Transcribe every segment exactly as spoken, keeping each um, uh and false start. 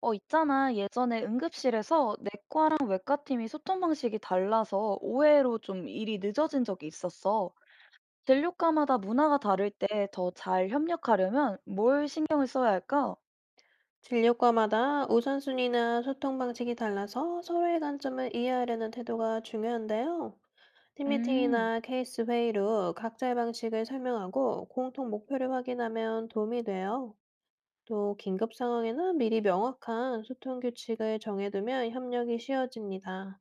어, 있잖아. 예전에 응급실에서 내과랑 외과팀이 소통 방식이 달라서 오해로 좀 일이 늦어진 적이 있었어. 진료과마다 문화가 다를 때 더 잘 협력하려면 뭘 신경을 써야 할까? 진료과마다 우선순위나 소통 방식이 달라서 서로의 관점을 이해하려는 태도가 중요한데요. 음, 팀미팅이나 케이스 회의로 각자의 방식을 설명하고 공통 목표를 확인하면 도움이 돼요. 또 긴급 상황에는 미리 명확한 소통 규칙을 정해두면 협력이 쉬워집니다.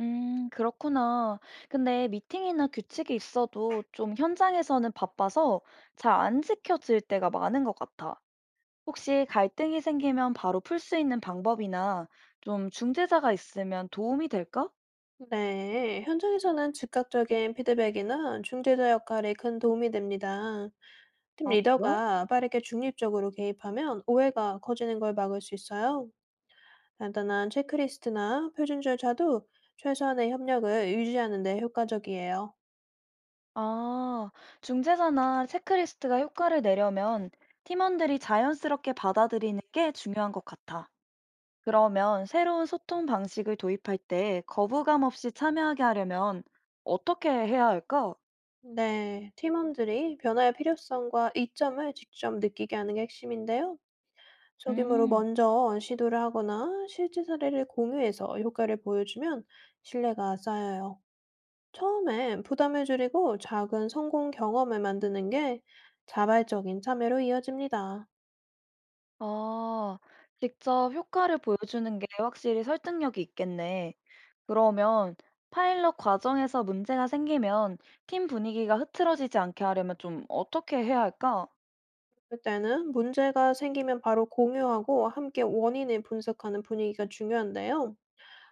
음, 그렇구나. 근데 미팅이나 규칙이 있어도 좀 현장에서는 바빠서 잘 안 지켜질 때가 많은 것 같아. 혹시 갈등이 생기면 바로 풀 수 있는 방법이나 좀 중재자가 있으면 도움이 될까? 네, 현장에서는 즉각적인 피드백이나 중재자 역할이 큰 도움이 됩니다. 팀 아, 그래? 리더가 빠르게 중립적으로 개입하면 오해가 커지는 걸 막을 수 있어요. 간단한 체크리스트나 표준 절차도 최소한의 협력을 유지하는 데 효과적이에요. 아, 중재자나 체크리스트가 효과를 내려면 팀원들이 자연스럽게 받아들이는 게 중요한 것 같아. 그러면 새로운 소통 방식을 도입할 때 거부감 없이 참여하게 하려면 어떻게 해야 할까? 네, 팀원들이 변화의 필요성과 이점을 직접 느끼게 하는 게 핵심인데요. 소규모로 음, 먼저 시도를 하거나 실제 사례를 공유해서 효과를 보여주면 신뢰가 쌓여요. 처음엔 부담을 줄이고 작은 성공 경험을 만드는 게 자발적인 참여로 이어집니다. 아, 직접 효과를 보여주는 게 확실히 설득력이 있겠네. 그러면 파일럿 과정에서 문제가 생기면 팀 분위기가 흐트러지지 않게 하려면 좀 어떻게 해야 할까? 그때는 문제가 생기면 바로 공유하고 함께 원인을 분석하는 분위기가 중요한데요.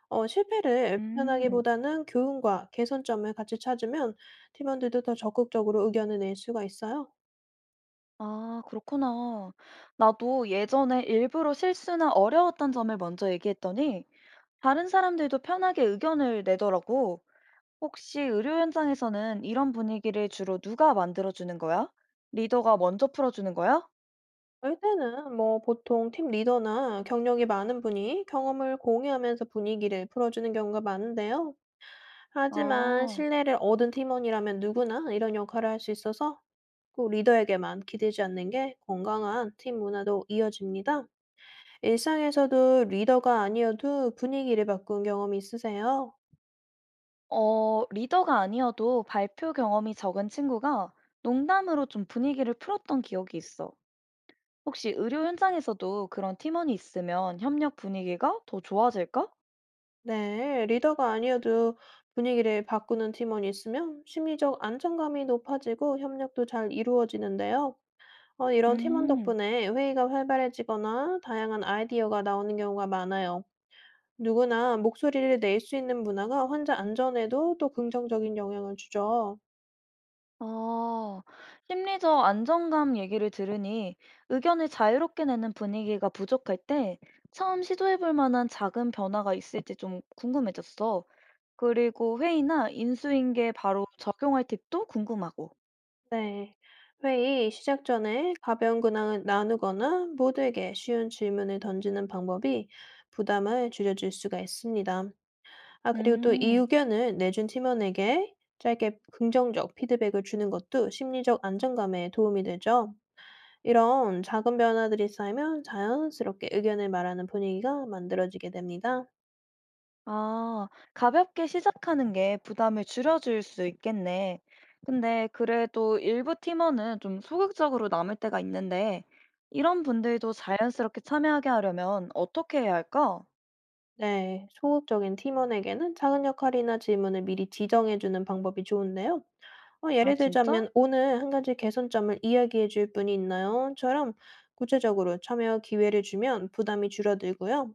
어, 실패를 음. 비난하기보다는 교훈과 개선점을 같이 찾으면 팀원들도 더 적극적으로 의견을 낼 수가 있어요. 아, 그렇구나. 나도 예전에 일부러 실수나 어려웠던 점을 먼저 얘기했더니 다른 사람들도 편하게 의견을 내더라고. 혹시 의료 현장에서는 이런 분위기를 주로 누가 만들어주는 거야? 리더가 먼저 풀어주는 거야? 이럴 때는 뭐 보통 팀 리더나 경력이 많은 분이 경험을 공유하면서 분위기를 풀어주는 경우가 많은데요. 하지만 아, 신뢰를 얻은 팀원이라면 누구나 이런 역할을 할 수 있어서 꼭 리더에게만 기대지 않는 게 건강한 팀 문화도 이어집니다. 일상에서도 리더가 아니어도 분위기를 바꾼 경험이 있으세요? 어, 리더가 아니어도 발표 경험이 적은 친구가 농담으로 좀 분위기를 풀었던 기억이 있어. 혹시 의료 현장에서도 그런 팀원이 있으면 협력 분위기가 더 좋아질까? 네, 리더가 아니어도 분위기를 바꾸는 팀원이 있으면 심리적 안정감이 높아지고 협력도 잘 이루어지는데요. 어, 이런 팀원 음. 덕분에 회의가 활발해지거나 다양한 아이디어가 나오는 경우가 많아요. 누구나 목소리를 낼 수 있는 문화가 환자 안전에도 또 긍정적인 영향을 주죠. 아, 심리적 안정감 얘기를 들으니 의견을 자유롭게 내는 분위기가 부족할 때 처음 시도해볼 만한 작은 변화가 있을지 좀 궁금해졌어. 그리고 회의나 인수인계에 바로 적용할 팁도 궁금하고. 네. 회의 시작 전에 가벼운 근황을 나누거나 모두에게 쉬운 질문을 던지는 방법이 부담을 줄여줄 수가 있습니다. 아, 그리고 또 이 음, 의견을 내준 팀원에게 짧게 긍정적 피드백을 주는 것도 심리적 안정감에 도움이 되죠. 이런 작은 변화들이 쌓이면 자연스럽게 의견을 말하는 분위기가 만들어지게 됩니다. 아, 가볍게 시작하는 게 부담을 줄여줄 수 있겠네. 근데 그래도 일부 팀원은 좀 소극적으로 남을 때가 있는데 이런 분들도 자연스럽게 참여하게 하려면 어떻게 해야 할까? 네, 소극적인 팀원에게는 작은 역할이나 질문을 미리 지정해 주는 방법이 좋은데요. 어, 아 예를 진짜? 들자면 "오늘 한 가지 개선점을 이야기해 줄 분이 있나요?"처럼 구체적으로 참여 기회를 주면 부담이 줄어들고요.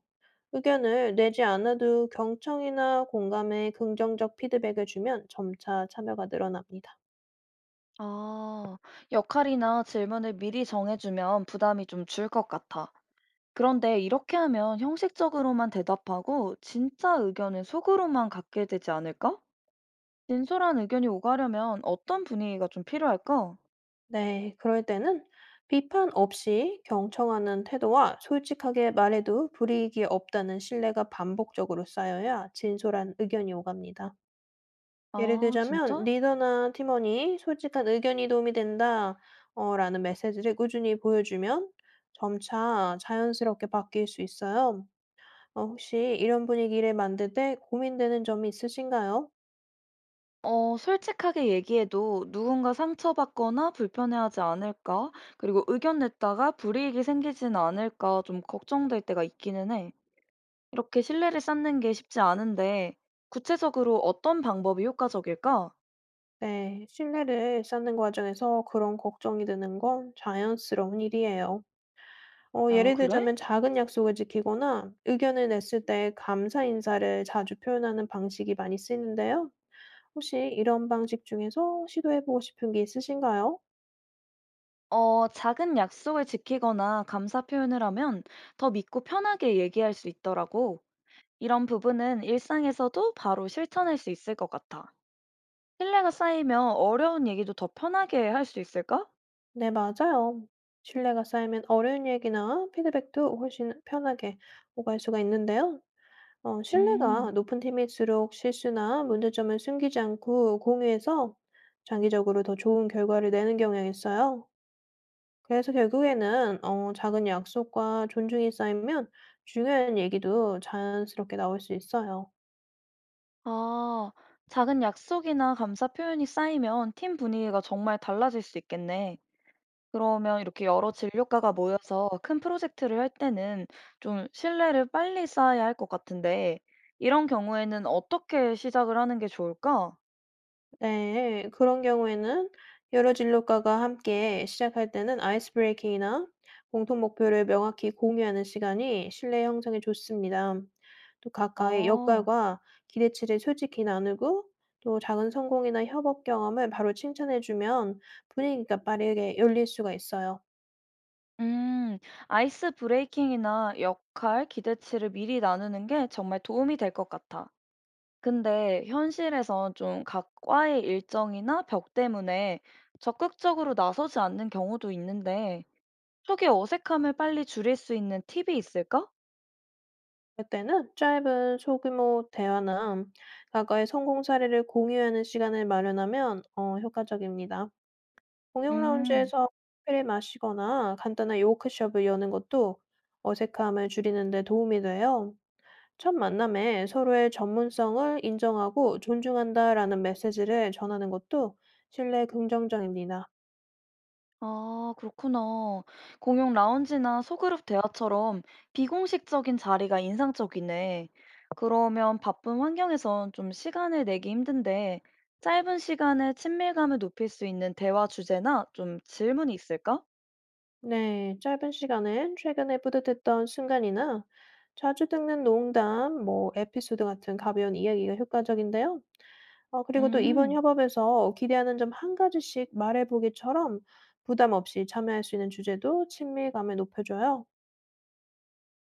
의견을 내지 않아도 경청이나 공감의 긍정적 피드백을 주면 점차 참여가 늘어납니다. 아, 역할이나 질문을 미리 정해주면 부담이 좀 줄 것 같아. 그런데 이렇게 하면 형식적으로만 대답하고 진짜 의견은 속으로만 갖게 되지 않을까? 진솔한 의견이 오가려면 어떤 분위기가 좀 필요할까? 네, 그럴 때는 비판 없이 경청하는 태도와 솔직하게 말해도 불이익이 없다는 신뢰가 반복적으로 쌓여야 진솔한 의견이 오갑니다. 예를 아, 들자면, 진짜? 리더나 팀원이 솔직한 의견이 도움이 된다, 어, 라는 메시지를 꾸준히 보여주면 점차 자연스럽게 바뀔 수 있어요. 어, 혹시 이런 분위기를 만들 때 고민되는 점이 있으신가요? 어, 솔직하게 얘기해도 누군가 상처받거나 불편해하지 않을까? 그리고 의견 냈다가 불이익이 생기진 않을까 좀 걱정될 때가 있기는 해. 이렇게 신뢰를 쌓는 게 쉽지 않은데, 구체적으로 어떤 방법이 효과적일까? 네, 신뢰를 쌓는 과정에서 그런 걱정이 드는 건 자연스러운 일이에요. 어 아, 예를 그래? 들자면 작은 약속을 지키거나 의견을 냈을 때 감사 인사를 자주 표현하는 방식이 많이 쓰이는데요. 혹시 이런 방식 중에서 시도해 보고 싶은 게 있으신가요? 어, 작은 약속을 지키거나 감사 표현을 하면 더 믿고 편하게 얘기할 수 있더라고. 이런 부분은 일상에서도 바로 실천할 수 있을 것 같아. 신뢰가 쌓이면 어려운 얘기도 더 편하게 할 수 있을까? 네, 맞아요. 신뢰가 쌓이면 어려운 얘기나 피드백도 훨씬 편하게 오갈 수가 있는데요. 어 신뢰가 음, 높은 팀일수록 실수나 문제점을 숨기지 않고 공유해서 장기적으로 더 좋은 결과를 내는 경향이 있어요. 그래서 결국에는 어 작은 약속과 존중이 쌓이면 중요한 얘기도 자연스럽게 나올 수 있어요. 아, 작은 약속이나 감사 표현이 쌓이면 팀 분위기가 정말 달라질 수 있겠네. 그러면 이렇게 여러 진료과가 모여서 큰 프로젝트를 할 때는 좀 신뢰를 빨리 쌓아야 할 것 같은데, 이런 경우에는 어떻게 시작을 하는 게 좋을까? 네. 그런 경우에는 여러 진로과가 함께 시작할 때는 아이스 브레이킹이나 공통 목표를 명확히 공유하는 시간이 신뢰 형성에 좋습니다. 또 각각의 아, 역할과 기대치를 솔직히 나누고 또 작은 성공이나 협업 경험을 바로 칭찬해주면 분위기가 빠르게 열릴 수가 있어요. 음, 아이스 브레이킹이나 역할 기대치를 미리 나누는 게 정말 도움이 될 것 같아. 근데 현실에선 좀 각 과의 일정이나 벽 때문에 적극적으로 나서지 않는 경우도 있는데, 초기 어색함을 빨리 줄일 수 있는 팁이 있을까? 그럴 때는 짧은 소규모 대화나 과거의 성공 사례를 공유하는 시간을 마련하면 어, 효과적입니다. 공용 음. 라운지에서 커피를 마시거나 간단한 요크숍을 여는 것도 어색함을 줄이는 데 도움이 돼요. 첫 만남에 서로의 전문성을 인정하고 존중한다라는 메시지를 전하는 것도 신뢰 긍정적입니다. 아, 그렇구나. 공용 라운지나 소그룹 대화처럼 비공식적인 자리가 인상적이네. 그러면 바쁜 환경에선 좀 시간을 내기 힘든데, 짧은 시간에 친밀감을 높일 수 있는 대화 주제나 좀 질문이 있을까? 네, 짧은 시간에 최근에 뿌듯했던 순간이나 자주 듣는 농담, 뭐 에피소드 같은 가벼운 이야기가 효과적인데요. 어, 그리고 또 이번 음, 협업에서 기대하는 점 한 가지씩 말해보기처럼 부담 없이 참여할 수 있는 주제도 친밀감을 높여줘요.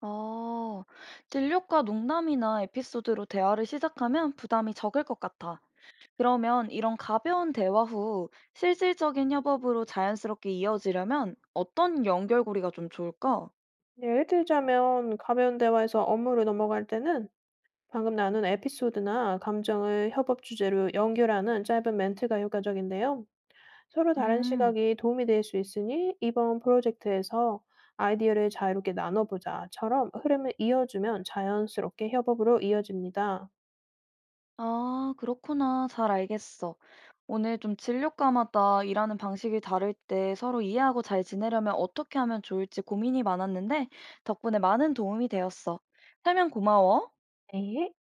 아, 진료과 농담이나 에피소드로 대화를 시작하면 부담이 적을 것 같아. 그러면 이런 가벼운 대화 후 실질적인 협업으로 자연스럽게 이어지려면 어떤 연결고리가 좀 좋을까? 네, 예를 들자면 가벼운 대화에서 업무로 넘어갈 때는 방금 나눈 에피소드나 감정을 협업 주제로 연결하는 짧은 멘트가 효과적인데요. 서로 다른 음, 시각이 도움이 될 수 있으니 "이번 프로젝트에서 아이디어를 자유롭게 나눠보자."처럼 흐름을 이어주면 자연스럽게 협업으로 이어집니다. 아, 그렇구나. 잘 알겠어. 오늘 좀 진료과마다 일하는 방식이 다를 때 서로 이해하고 잘 지내려면 어떻게 하면 좋을지 고민이 많았는데 덕분에 많은 도움이 되었어. 설명 고마워. 네.